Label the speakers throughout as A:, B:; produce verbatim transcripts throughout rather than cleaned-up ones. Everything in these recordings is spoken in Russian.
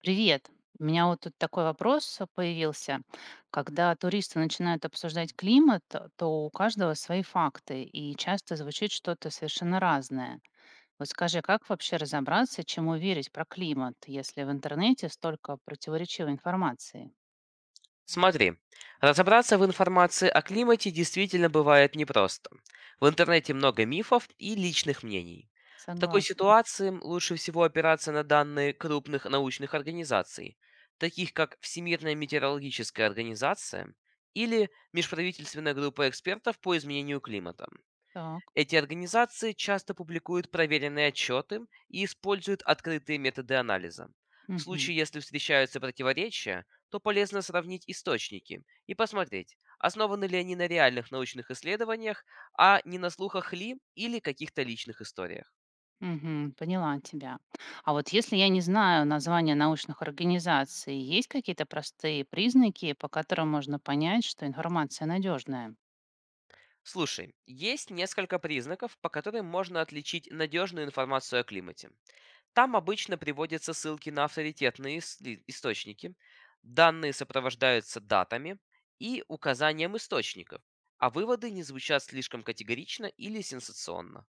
A: Привет. У меня вот тут такой вопрос появился. Когда туристы начинают обсуждать климат, то у каждого свои факты, и часто звучит что-то совершенно разное. Вот скажи, как вообще разобраться, чему верить про климат, если в интернете столько противоречивой информации?
B: Смотри, разобраться в информации о климате действительно бывает непросто. В интернете много мифов и личных мнений. В такой
A: Согласна.
B: ситуации лучше всего опираться на данные крупных научных организаций, таких как Всемирная метеорологическая организация или Межправительственная группа экспертов по изменению климата.
A: Так.
B: Эти организации часто публикуют проверенные отчеты и используют открытые методы анализа. В
A: Мгм.
B: случае, если встречаются противоречия, то полезно сравнить источники и посмотреть, основаны ли они на реальных научных исследованиях, а не на слухах ли или каких-то личных историях.
A: Мгм. Поняла тебя. А вот если я не знаю названия научных организаций, есть какие-то простые признаки, по которым можно понять, что информация надежная?
B: Слушай, есть несколько признаков, по которым можно отличить надежную информацию о климате. Там обычно приводятся ссылки на авторитетные ис- источники, данные сопровождаются датами и указанием источников, а выводы не звучат слишком категорично или сенсационно.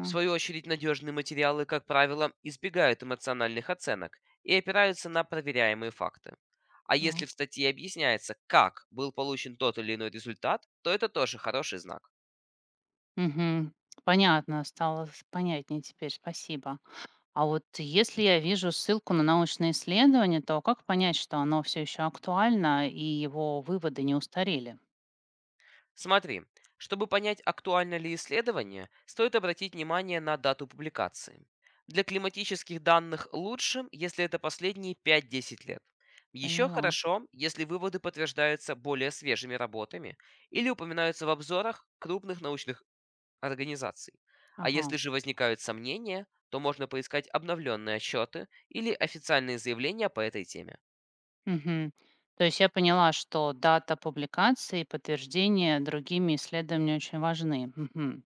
B: В свою очередь, надежные материалы, как правило, избегают эмоциональных оценок и опираются на проверяемые факты. А если
A: Так.
B: в статье объясняется, как был получен тот или иной результат, то это тоже хороший знак.
A: Мгм. Понятно, стало с- понятнее теперь, спасибо. А вот если я вижу ссылку на научное исследование, то как понять, что оно все еще актуально и его выводы не устарели?
B: Смотри, чтобы понять, актуально ли исследование, стоит обратить внимание на дату публикации. Для климатических данных лучше, если это последние пять-десять лет. Еще
A: Поняла.
B: хорошо, если выводы подтверждаются более свежими работами или упоминаются в обзорах крупных научных организаций. А
A: Ага.
B: если же возникают сомнения, то можно поискать обновленные отчеты или официальные заявления по этой теме.
A: Мгм. То есть я поняла, что дата публикации и подтверждение другими исследованиями очень важны. Мгм.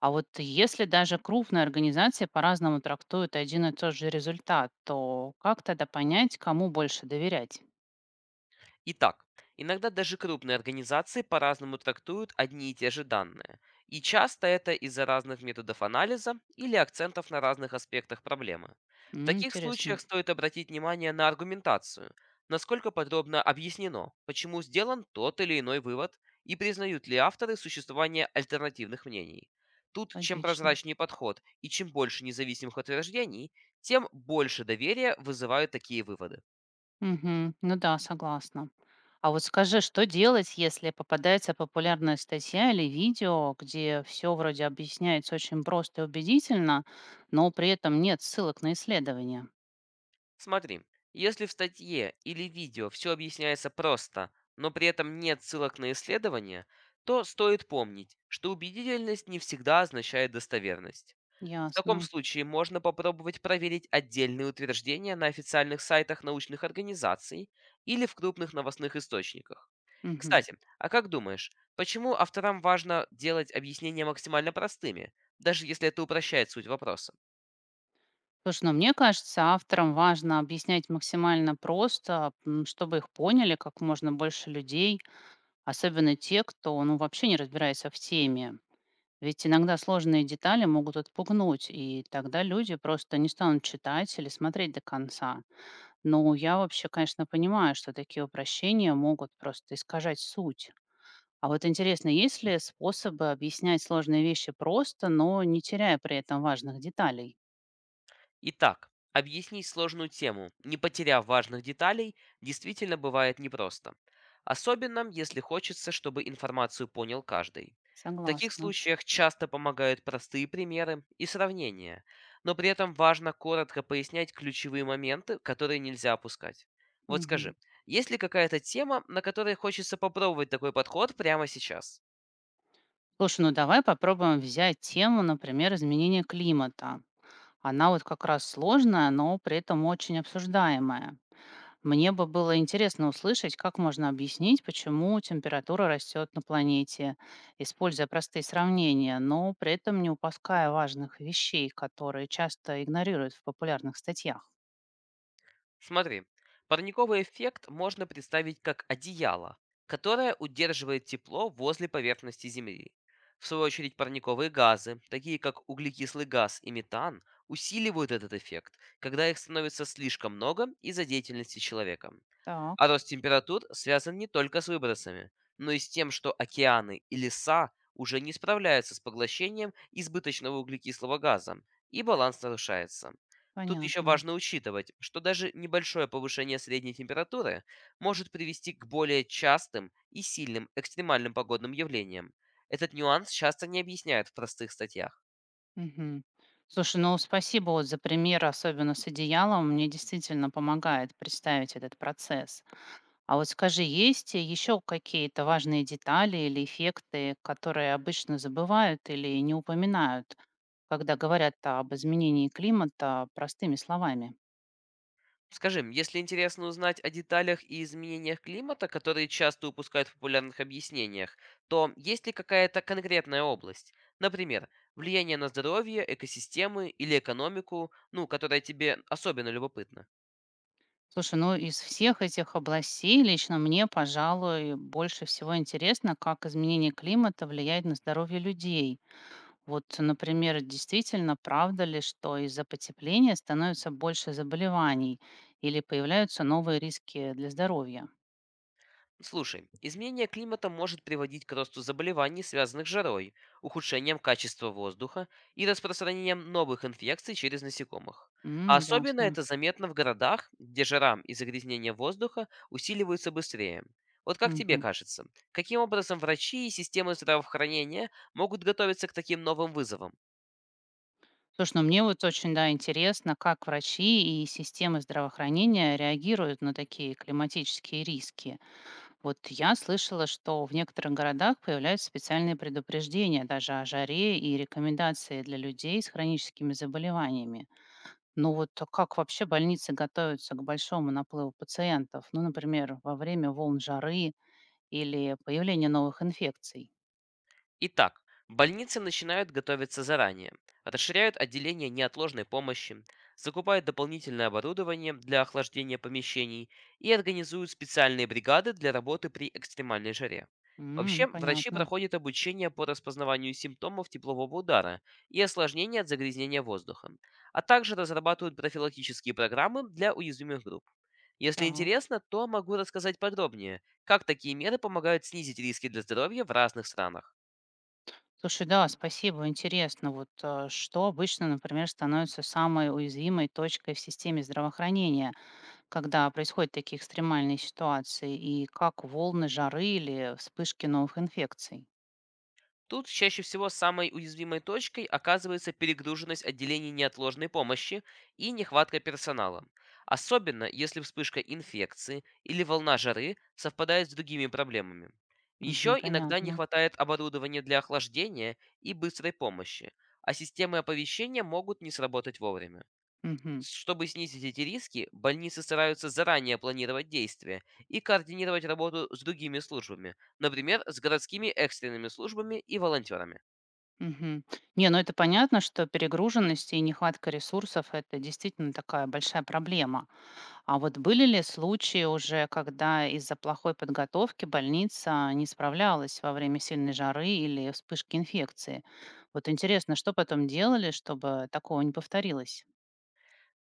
A: А вот если даже крупные организации по-разному трактуют один и тот же результат, то как тогда понять, кому больше доверять?
B: Итак, иногда даже крупные организации по-разному трактуют одни и те же данные, и часто это из-за разных методов анализа или акцентов на разных аспектах проблемы. В
A: М,
B: таких случаях
A: интересно,
B: стоит обратить внимание на аргументацию, насколько подробно объяснено, почему сделан тот или иной вывод, и признают ли авторы существование альтернативных мнений. Тут чем
A: логично.
B: прозрачнее подход и чем больше независимых утверждений, тем больше доверия вызывают такие выводы.
A: Мгм. Ну да, согласна. А вот скажи, что делать, если попадается популярная статья или видео, где все вроде объясняется очень просто и убедительно, но при этом нет ссылок на исследования?
B: Смотри, если в статье или видео все объясняется просто, но при этом нет ссылок на исследования, то стоит помнить, что убедительность не всегда означает достоверность. В таком
A: Ясно.
B: случае можно попробовать проверить отдельные утверждения на официальных сайтах научных организаций или в крупных новостных источниках.
A: Мгм.
B: Кстати, а как думаешь, почему авторам важно делать объяснения максимально простыми, даже если это упрощает суть вопроса?
A: Слушай, ну мне кажется, авторам важно объяснять максимально просто, м, чтобы их поняли как можно больше людей, особенно те, кто ну, вообще не разбирается в теме. Ведь иногда сложные детали могут отпугнуть, и тогда люди просто не станут читать или смотреть до конца. Но я вообще, конечно, понимаю, что такие упрощения могут просто искажать суть. А вот интересно, есть ли способы объяснять сложные вещи просто, но не теряя при этом важных деталей?
B: Итак, объяснить сложную тему, не потеряв важных деталей, действительно бывает непросто. Особенно, если хочется, чтобы информацию понял каждый. В таких
A: Согласна.
B: случаях часто помогают простые примеры и сравнения, но при этом важно коротко пояснять ключевые моменты, которые нельзя опускать. Вот скажи,
A: Мгм.
B: есть ли какая-то тема, на которой хочется попробовать такой подход прямо сейчас?
A: Слушай, ну давай попробуем взять тему, например, изменения климата. Она вот как раз сложная, но при этом очень обсуждаемая. Мне бы было интересно услышать, как можно объяснить, почему температура растет на планете, используя простые сравнения, но при этом не упуская важных вещей, которые часто игнорируют в популярных статьях.
B: Смотри, парниковый эффект можно представить как одеяло, которое удерживает тепло возле поверхности Земли. В свою очередь парниковые газы, такие как углекислый газ и метан, усиливают этот эффект, когда их становится слишком много из-за деятельности человека.
A: Так,
B: А рост температур связан не только с выбросами, но и с тем, что океаны и леса уже не справляются с поглощением избыточного углекислого газа, и баланс нарушается. Тут еще
A: понятно.
B: важно учитывать, что даже небольшое повышение средней температуры может привести к более частым и сильным экстремальным погодным явлениям. Этот нюанс часто не объясняют в простых статьях.
A: Мгм. Слушай, ну спасибо вот за пример, особенно с одеялом. Мне действительно помогает представить этот процесс. А вот скажи, есть еще какие-то важные детали или эффекты, которые обычно забывают или не упоминают, когда говорят об изменении климата простыми словами?
B: Скажи, м, если интересно узнать о деталях и изменениях климата, которые часто упускают в популярных объяснениях, то есть ли какая-то конкретная область? Например, влияние на здоровье, экосистемы или экономику, ну, которая тебе особенно любопытна?
A: Слушай, ну из всех этих областей лично мне, пожалуй, больше всего интересно, как изменение климата влияет на здоровье людей. Вот, например, действительно, правда ли, что из-за потепления становится больше заболеваний или появляются новые риски для здоровья?
B: Слушай, изменение климата может приводить к росту заболеваний, связанных с жарой, ухудшением качества воздуха и распространением новых инфекций через насекомых. А
A: М,
B: особенно
A: ясно.
B: это заметно в городах, где жара и загрязнение воздуха усиливаются быстрее. Вот как тебе
A: Мгм.
B: кажется, каким образом врачи и системы здравоохранения могут готовиться к таким новым вызовам?
A: Слушай, ну мне вот очень, да, интересно, как врачи и системы здравоохранения реагируют на такие климатические риски. Вот я слышала, что в некоторых городах появляются специальные предупреждения даже о жаре и рекомендации для людей с хроническими заболеваниями. Ну вот а как вообще больницы готовятся к большому наплыву пациентов? Ну, например, во время волн жары или появления новых инфекций?
B: Итак, больницы начинают готовиться заранее, расширяют отделение неотложной помощи, закупают дополнительное оборудование для охлаждения помещений и организуют специальные бригады для работы при экстремальной жаре. Вообще,
A: М,
B: врачи
A: понятно.
B: проходят обучение по распознаванию симптомов теплового удара и осложнений от загрязнения воздуха, а также разрабатывают профилактические программы для уязвимых групп. Если
A: Так.
B: интересно, то могу рассказать подробнее, как такие меры помогают снизить риски для здоровья в разных странах.
A: Слушай, да, спасибо, интересно. Вот а что обычно, например, становится самой уязвимой точкой в системе здравоохранения, когда происходят такие экстремальные ситуации, и как волны жары или вспышки новых инфекций?
B: Тут чаще всего самой уязвимой точкой оказывается перегруженность отделений неотложной помощи и нехватка персонала, особенно если вспышка инфекции или волна жары совпадает с другими проблемами. Еще
A: Мгм,
B: иногда не
A: понятно.
B: хватает оборудования для охлаждения и быстрой помощи, а системы оповещения могут не сработать вовремя.
A: Мгм,
B: Чтобы снизить эти риски, больницы стараются заранее планировать действия и координировать работу с другими службами, например, с городскими экстренными службами и волонтерами.
A: мгм. Не, ну это понятно, что перегруженность и нехватка ресурсов– это действительно такая большая проблема. А вот были ли случаи уже, когда из-за плохой подготовки больница не справлялась во время сильной жары или вспышки инфекции? Вот интересно, что потом делали, чтобы такого не повторилось?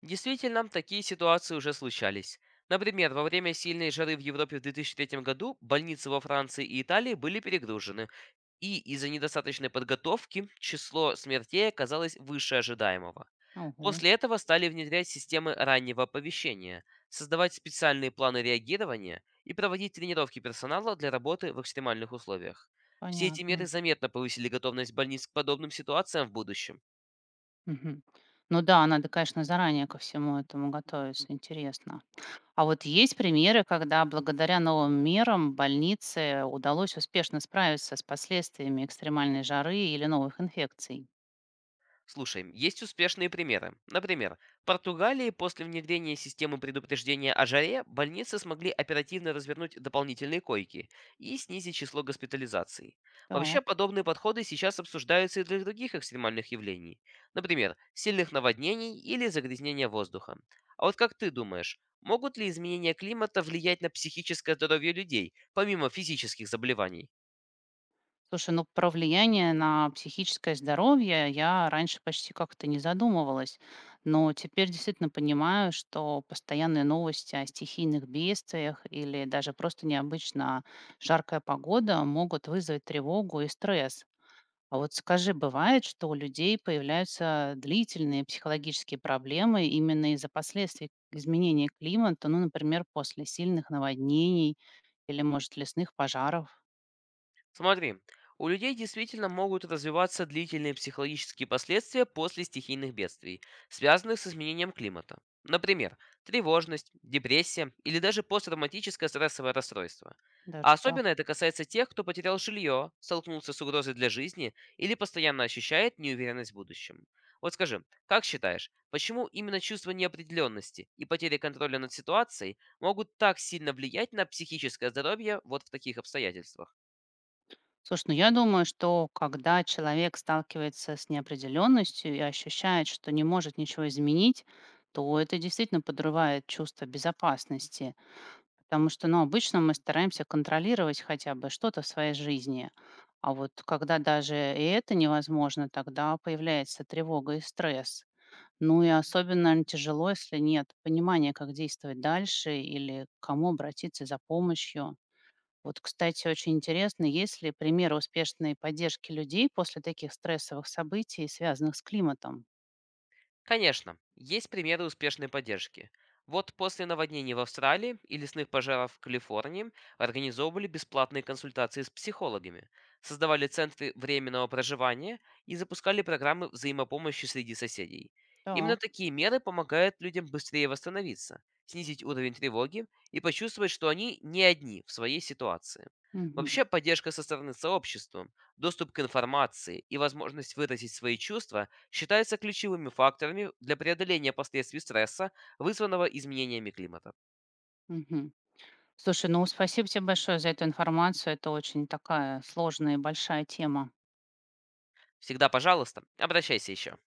B: Действительно, такие ситуации уже случались. Например, во время сильной жары в Европе в две тысячи третьем году больницы во Франции и Италии были перегружены, и из-за недостаточной подготовки число смертей оказалось выше ожидаемого.
A: Ого,
B: После этого стали внедрять системы раннего оповещения, создавать специальные планы реагирования и проводить тренировки персонала для работы в экстремальных условиях. Все эти меры
A: понятно.
B: заметно повысили готовность больниц к подобным ситуациям в будущем.
A: Мгм. Ну да, надо, конечно, заранее ко всему этому готовиться. Интересно. А вот есть примеры, когда благодаря новым мерам больнице удалось успешно справиться с последствиями экстремальной жары или новых инфекций?
B: Слушай, есть успешные примеры. Например, в Португалии после внедрения системы предупреждения о жаре больницы смогли оперативно развернуть дополнительные койки и снизить число госпитализаций. Вообще,
A: Так.
B: подобные подходы сейчас обсуждаются и для других экстремальных явлений. Например, сильных наводнений или загрязнения воздуха. А вот как ты думаешь, могут ли изменения климата влиять на психическое здоровье людей, помимо физических заболеваний?
A: Слушай, ну про влияние на психическое здоровье я раньше почти как-то не задумывалась, но теперь действительно понимаю, что постоянные новости о стихийных бедствиях или даже просто необычно жаркая погода могут вызвать тревогу и стресс. А вот скажи, бывает, что у людей появляются длительные психологические проблемы именно из-за последствий изменения климата, ну, например, после сильных наводнений или, может, лесных пожаров,
B: Смотри, у людей действительно могут развиваться длительные психологические последствия после стихийных бедствий, связанных с изменением климата. Например, тревожность, депрессия или даже посттравматическое стрессовое расстройство. А
A: даже
B: особенно
A: так?
B: это касается тех, кто потерял жилье, столкнулся с угрозой для жизни или постоянно ощущает неуверенность в будущем. Вот скажи, как считаешь, почему именно чувство неопределенности и потери контроля над ситуацией могут так сильно влиять на психическое здоровье вот в таких обстоятельствах?
A: Слушай, ну я думаю, что когда человек сталкивается с неопределенностью и ощущает, что не может ничего изменить, то это действительно подрывает чувство безопасности. Потому что, ну, обычно мы стараемся контролировать хотя бы что-то в своей жизни. А вот когда даже и это невозможно, тогда появляется тревога и стресс. Ну и особенно, наверно, тяжело, если нет понимания, как действовать дальше или к кому обратиться за помощью. Вот, кстати, очень интересно, есть ли примеры успешной поддержки людей после таких стрессовых событий, связанных с климатом?
B: Конечно, есть примеры успешной поддержки. Вот после наводнений в Австралии и лесных пожаров в Калифорнии организовывали бесплатные консультации с психологами, создавали центры временного проживания и запускали программы взаимопомощи среди соседей. Именно
A: Так.
B: такие меры помогают людям быстрее восстановиться, снизить уровень тревоги и почувствовать, что они не одни в своей ситуации.
A: Мгм.
B: Вообще поддержка со стороны сообщества, доступ к информации и возможность выразить свои чувства считаются ключевыми факторами для преодоления последствий стресса, вызванного изменениями климата.
A: Мгм. Слушай, ну спасибо тебе большое за эту информацию. Это очень такая сложная и большая тема.
B: Всегда, пожалуйста, обращайся еще.